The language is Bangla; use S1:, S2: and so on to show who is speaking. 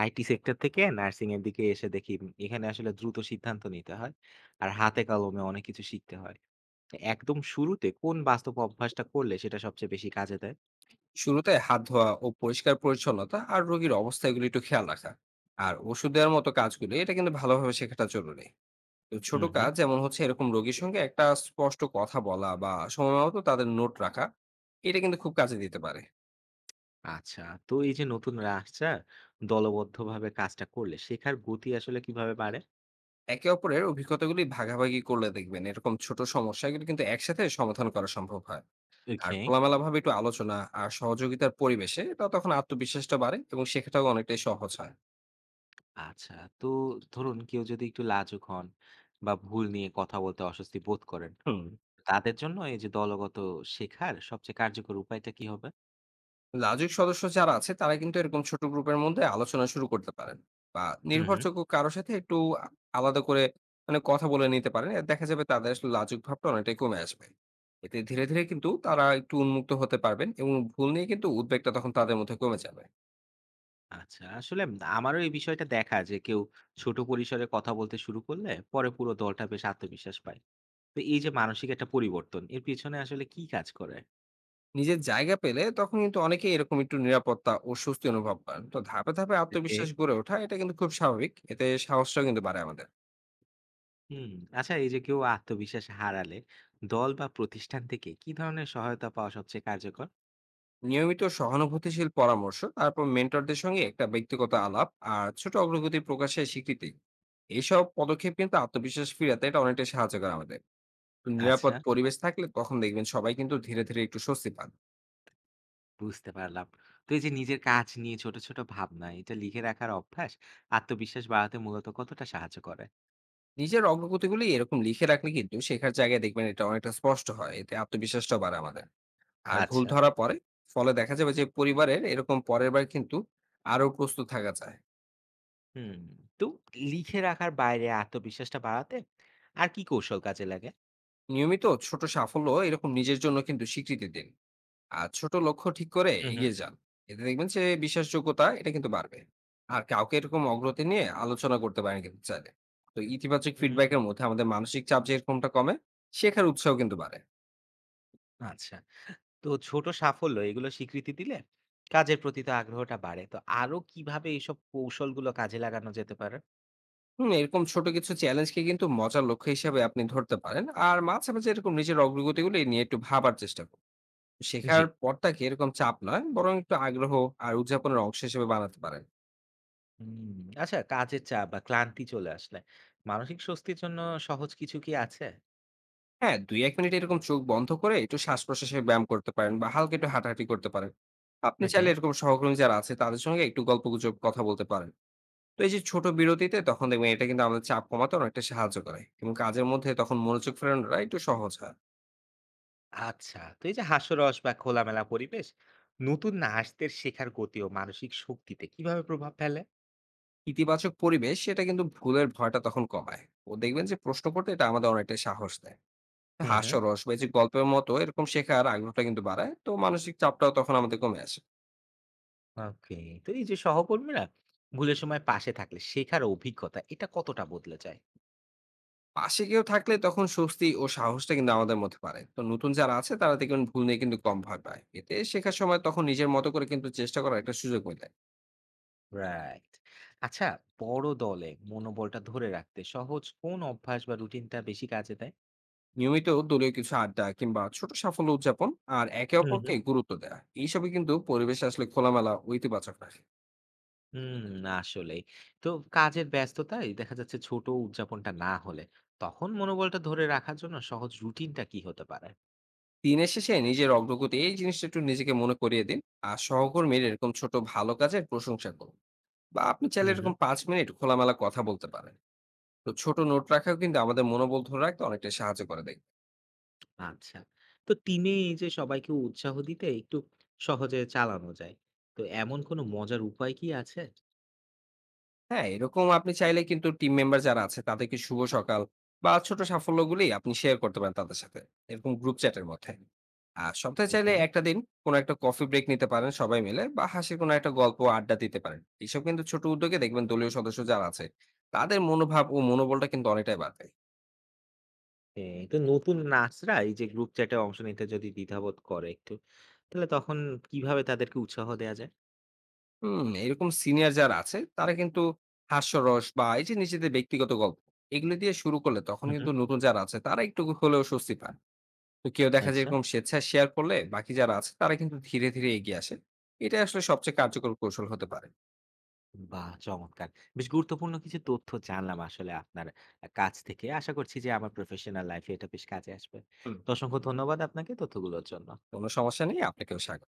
S1: আইটি সেক্টর থেকে নার্সিং এর দিকে এসে দেখি এখানে আসলে দ্রুত সিদ্ধান্ত নিতে হয় আর হাতে কলমে অনেক কিছু শিখতে হয়। তো একদম শুরুতে কোন বাস্তব অভ্যাসটা করলে সেটা সবচেয়ে বেশি কাজে দেয়?
S2: শুরুতে হাত ধোয়া ও পরিষ্কার পরিচ্ছন্নতা আর রোগীর অবস্থা এগুলো একটু খেয়াল রাখা। আর ওষুধ দেওয়ার মতো কাজগুলো এটা কিন্তু ভালোভাবে শেখাটা জরুরি। তো ছোট
S1: হুম হুম।
S2: কাজ যেমন হচ্ছে এরকম রোগীর সঙ্গে একটা স্পষ্ট কথা বলা বা সময় মতো তাদের নোট রাখা, এটা কিন্তু খুব কাজে দিতে পারে।
S1: আচ্ছা, তো এই যে নতুন রাষ্ট্রা দলবদ্ধভাবে কাজটা করলে শেখার গতি আসলে কিভাবে বাড়ে?
S2: একে অপরের অভিজ্ঞতাগুলি ভাগাভাগি করলে দেখবেন এরকম ছোট সমস্যা এগুলো কিন্তু একসাথে সমাধান করা সম্ভব হয়। আর
S1: ওকে।
S2: খোলামেলা ভাবে একটু আলোচনা আর সহযোগিতার পরিবেশে এটা তখন আত্মবিশ্বাসটা বাড়ে এবং শেখাটাও অনেকটাই সহজ হয়।
S1: আচ্ছা, তো ধরুন কেউ যদি একটু লাজুক হন বা ভুল নিয়ে কথা বলতে অস্বস্তি বোধ করেন,
S2: হুম
S1: তাদের জন্য এই যে দলগত শেখার সবচেয়ে কার্যকর উপায়টা কি হবে?
S2: লাজুক সদস্য যারা আছে তারা কিন্তু এরকম ছোট গ্রুপের মধ্যে আলোচনা শুরু করতে পারেন, বা
S1: হুম হুম।
S2: নির্ভরযোগ্য কারো সাথে একটু আ- আলাদা করে মানে কথা বলে নিতে পারেন। এ দেখা যাবে তাদের আসলে লাজুক ভাবটা অনেকটাই কমে আসবে। এতে ধীরে ধীরে কিন্তু তারা একটু উন্মুক্ত হতে পারবেন এবং ভুল নিয়ে কিন্তু উদ্বেগটা তখন তাদের মধ্যে কমে যাবে।
S1: আচ্ছা, আসলে আমারও এই বিষয়টা দেখা যে কেউ ছোট পরিসরে কথা বলতে শুরু করলে পরে পুরো দলটা বেশ আত্মবিশ্বাস পায়। তো এই যে মানসিক একটা পরিবর্তন এর পিছনে আসলে কি কাজ করে?
S2: নিজের জায়গা পেলে তখন কিন্তু অনেকেই এরকম একটু নিরাপত্তা ও স্বস্তি অনুভব পান। তো ধাপে ধাপে
S1: থেকে
S2: আত্মবিশ্বাস গড়ে ওঠা এটা কিন্তু খুব স্বাভাবিক। এতে সাহসটাও কিন্তু বাড়ে আমাদের।
S1: হুম। আচ্ছা, এই যে কেউ আত্মবিশ্বাস হারালে দল বা প্রতিষ্ঠান থেকে কি ধরনের সহায়তা পাওয়া সবচেয়ে কার্যকর?
S2: নিয়মিত সহানুভূতিশীল পরামর্শ, তারপর মেন্টরদের সঙ্গে একটা ব্যক্তিগত আলাপ, আর ছোট অগ্রগতি প্রকাশের স্বীকৃতি, এইসব পদক্ষেপ কিন্তু আত্মবিশ্বাস ফিরাতে এটা অনেকটা সাহায্য করে আমাদের। তো নিরাপদ
S1: আচ্ছা,
S2: পরিবেশ থাকলে তখন দেখবেন সবাই কিন্তু ধীরে ধীরে একটু স্বস্তি পান।
S1: বুঝতে পারলাম। তো এই যে নিজের কাজ নিয়ে ছোট ছোট ভাবনা এটা লিখে রাখার অভ্যাস আত্মবিশ্বাস বাড়াতে মূলত কতটা সাহায্য করে?
S2: নিজের অগ্রগতিগুলি এরকম লিখে রাখলে কিন্তু শেখার জায়গায় দেখবেন এটা অনেকটা স্পষ্ট হয়, এতে আত্মবিশ্বাসটা বাড়ে আমাদের আর ভুল
S1: আচ্ছা।
S2: ধরা পড়ে। ফলে দেখা যাবে যে পরিবারের এরকম পরের বার কিন্তু আরো প্রস্তুত থাকা যায়।
S1: হুম, তো লিখে রাখার বাইরে আত্মবিশ্বাসটা বাড়াতে আর কি কৌশল কাজে লাগে?
S2: নিয়মিত ছোট সাফল্য এরকম নিজের জন্য কিন্তু স্বীকৃতি দিন, আর ছোট লক্ষ্য ঠিক করে
S1: হুম, হুম,
S2: এগিয়ে যান। এতে দেখবেন যে বিশ্বাসযোগ্যতা এটা কিন্তু বাড়বে। আর কাউকে এরকম অগ্রতি নিয়ে আলোচনা করতে পারেন কিন্তু চাইলে। তো ইতিবাচক
S1: হুম, হুম,
S2: ফিডব্যাকের
S1: হুম।
S2: মধ্যে আমাদের মানসিক চাপ যেরকমটা কমে, শেখার উৎসাহ কিন্তু বাড়ে।
S1: আচ্ছা। তো ছোট সাফল্য এগুলো স্বীকৃতি দিলে কাজের প্রতি তো আগ্রহটা বাড়ে। তো আরো কিভাবে এইসব কৌশলগুলো কাজে লাগানো যেতে পারে?
S2: এরকম ছোট কিছু চ্যালেঞ্জকে কিন্তু মজার লক্ষ্য হিসেবে আপনি ধরতে পারেন, আর মাঝে মাঝে এরকম নিজের অগ্রগতিগুলি নিয়ে একটু ভাবার চেষ্টা করুন।
S1: জি।
S2: শেখার পরটাকে এরকম চাপ নয়, বরং একটু আগ্রহ আর উদযাপনের অংশ হিসেবে বানাতে পারেন।
S1: হুম, আচ্ছা কাজের চাপ বা ক্লান্তি চলে আসলে মানসিক স্বস্তির জন্য সহজ কিছু কি আছে?
S2: হ্যাঁ, ২-১ মিনিট এরকম চোখ বন্ধ করে একটু শ্বাস-প্রশ্বাসের ব্যায়াম করতে পারেন, বা হালকা একটু হাঁটাহাঁটি করতে পারেন। আপনি
S1: ওকে।
S2: চাইলে এরকম সহকর্মী যারা আছে তাদের সঙ্গে একটু গল্পগুজব কথা বলতে পারেন। তো এই যে ছোট বিরতিতে তখন দেখবেন এটা কিন্তু আমাদের চাপ কমাতে অনেকটা সাহায্য করে, এবং কাজের মধ্যে তখন মনোযোগ ফেরানোটা একটু সহজ হয়।
S1: আচ্ছা, তো এই যে হাস্যরস বা খোলামেলা পরিবেশ নতুন নাচদের শেখার গতি ও মানসিক শক্তিতে কিভাবে প্রভাব ফেলে?
S2: ইতিবাচক পরিবেশ সেটা কিন্তু ভুলের ভয়টা তখন কমায়। ও দেখবেন যে প্রশ্ন করতে এটা আমাদের অনেকটা সাহস দেয়।
S1: হুম, হুম।
S2: হাস্যরস বা এই যে গল্পের মতো এরকম শেখার আগ্রহটা কিন্তু বাড়ায়। তো মানসিক চাপটাও তখন আমাদের কমে আসে।
S1: ওকে। তো এই যে সহকর্মীরা ভুলের সময় পাশে থাকলে শেখার অভিজ্ঞতা এটা কতটা বদলে যায়?
S2: পাশে কেউ থাকলে তখন স্বস্তি ও সাহসটা কিন্তু আমাদের মধ্যে পারে। তো নতুন যারা আছে তারা দেখবেন ভুল নিয়ে কিন্তু কম ভয় পায়। এতে শেখার সময় তখন নিজের মতো করে কিন্তু চেষ্টা করার একটা সুযোগ মেলে।
S1: রাইট। আচ্ছা, বড় দলে মনোবলটা ধরে রাখতে সহজ কোন অভ্যাস বা রুটিনটা বেশি কাজে দেয়?
S2: নিয়মিত দলীয় কিছু আড্ডা, কিংবা ছোট সাফল্য উদযাপন, আর একে
S1: হুম
S2: অপরকে
S1: হুম
S2: গুরুত্ব দেওয়া, এইসবই কিন্তু পরিবেশ আসলে খোলামেলা ও ইতিবাচক রাখে।
S1: হুম, আসলেই। তো কাজের ব্যস্ততায় দেখা যাচ্ছে ছোট উদযাপনটা না হলে তখন মনোবলটা ধরে রাখার জন্য সহজ রুটিনটা কি হতে পারে?
S2: দিনের শেষে নিজের অগ্রগতি এই জিনিসটা একটু নিজেকে মনে করিয়ে দিন, আর সহকর্মীর এরকম ছোট ভালো কাজের প্রশংসা করুন। বা আপনি
S1: হুম
S2: চাইলে
S1: হুম।
S2: এরকম ৫ মিনিট খোলামেলা কথা বলতে পারেন। তো ছোট নোট রাখাও কিন্তু আমাদের মনোবল ধরে রাখতে অনেকটা সাহায্য করে দেখবেন।
S1: আচ্ছা, তো টিমে এই যে সবাইকে উৎসাহ দিতে একটু সহজে চালানো যায়, তো এমন কোনো মজার উপায় কি আছে?
S2: হ্যাঁ, এরকম আপনি চাইলে কিন্তু টিম মেম্বার যারা আছে তাদেরকে শুভ সকাল, বা ছোট সাফল্যগুলি আপনি শেয়ার করতে পারেন তাদের সাথে, এরকম গ্রুপ চ্যাটের মধ্যে। আর সপ্তাহে চাইলে
S1: ওকে।
S2: একটা দিন কোনো একটা কফি ব্রেক নিতে পারেন সবাই মিলে, বা হাসির কোনো একটা গল্প আড্ডা দিতে পারেন। এসব কিন্তু ছোট উদ্যোগে দেখবেন দলীয় সদস্য যারা আছে তাদের মনোভাব ও মনোবলটা কিন্তু অনেকটাই বাড়বে।
S1: হ্যাঁ, তো নতুন নার্সরা এই যে গ্রুপ চ্যাটে অংশ নিতে যদি দ্বিধাবোধ করে একটু, তাহলে তখন কিভাবে তাদেরকে উৎসাহ দেয়া যায়?
S2: হুম, এরকম সিনিয়র যারা আছে তারা কিন্তু হাস্যরস বা এই যে নিজেদের ব্যক্তিগত গল্প, এগুলো দিয়ে শুরু করলে তখন
S1: হুম, হুম,
S2: কিন্তু নতুন যারা আছে তারা একটু হলেও স্বস্তি পায়। তো কেউ দেখা যায়
S1: আচ্ছা।
S2: এরকম স্বেচ্ছায় শেয়ার করলে বাকি যারা আছে তারা কিন্তু ধীরে ধীরে এগিয়ে আসে। এটা আসলে সবচেয়ে কার্যকর কৌশল হতে পারে।
S1: বাহ! চমৎকার। বেশ গুরুত্বপূর্ণ কিছু তথ্য জানলাম আসলে আপনার কাছ থেকে। আশা করছি যে আমার প্রফেশনাল লাইফ এ এটা বেশ কাজে আসবে।
S2: হুম।
S1: তো অসংখ্য ধন্যবাদ আপনাকে তথ্যগুলোর জন্য।
S2: কোনো সমস্যা নেই, আপনাকেও স্বাগত।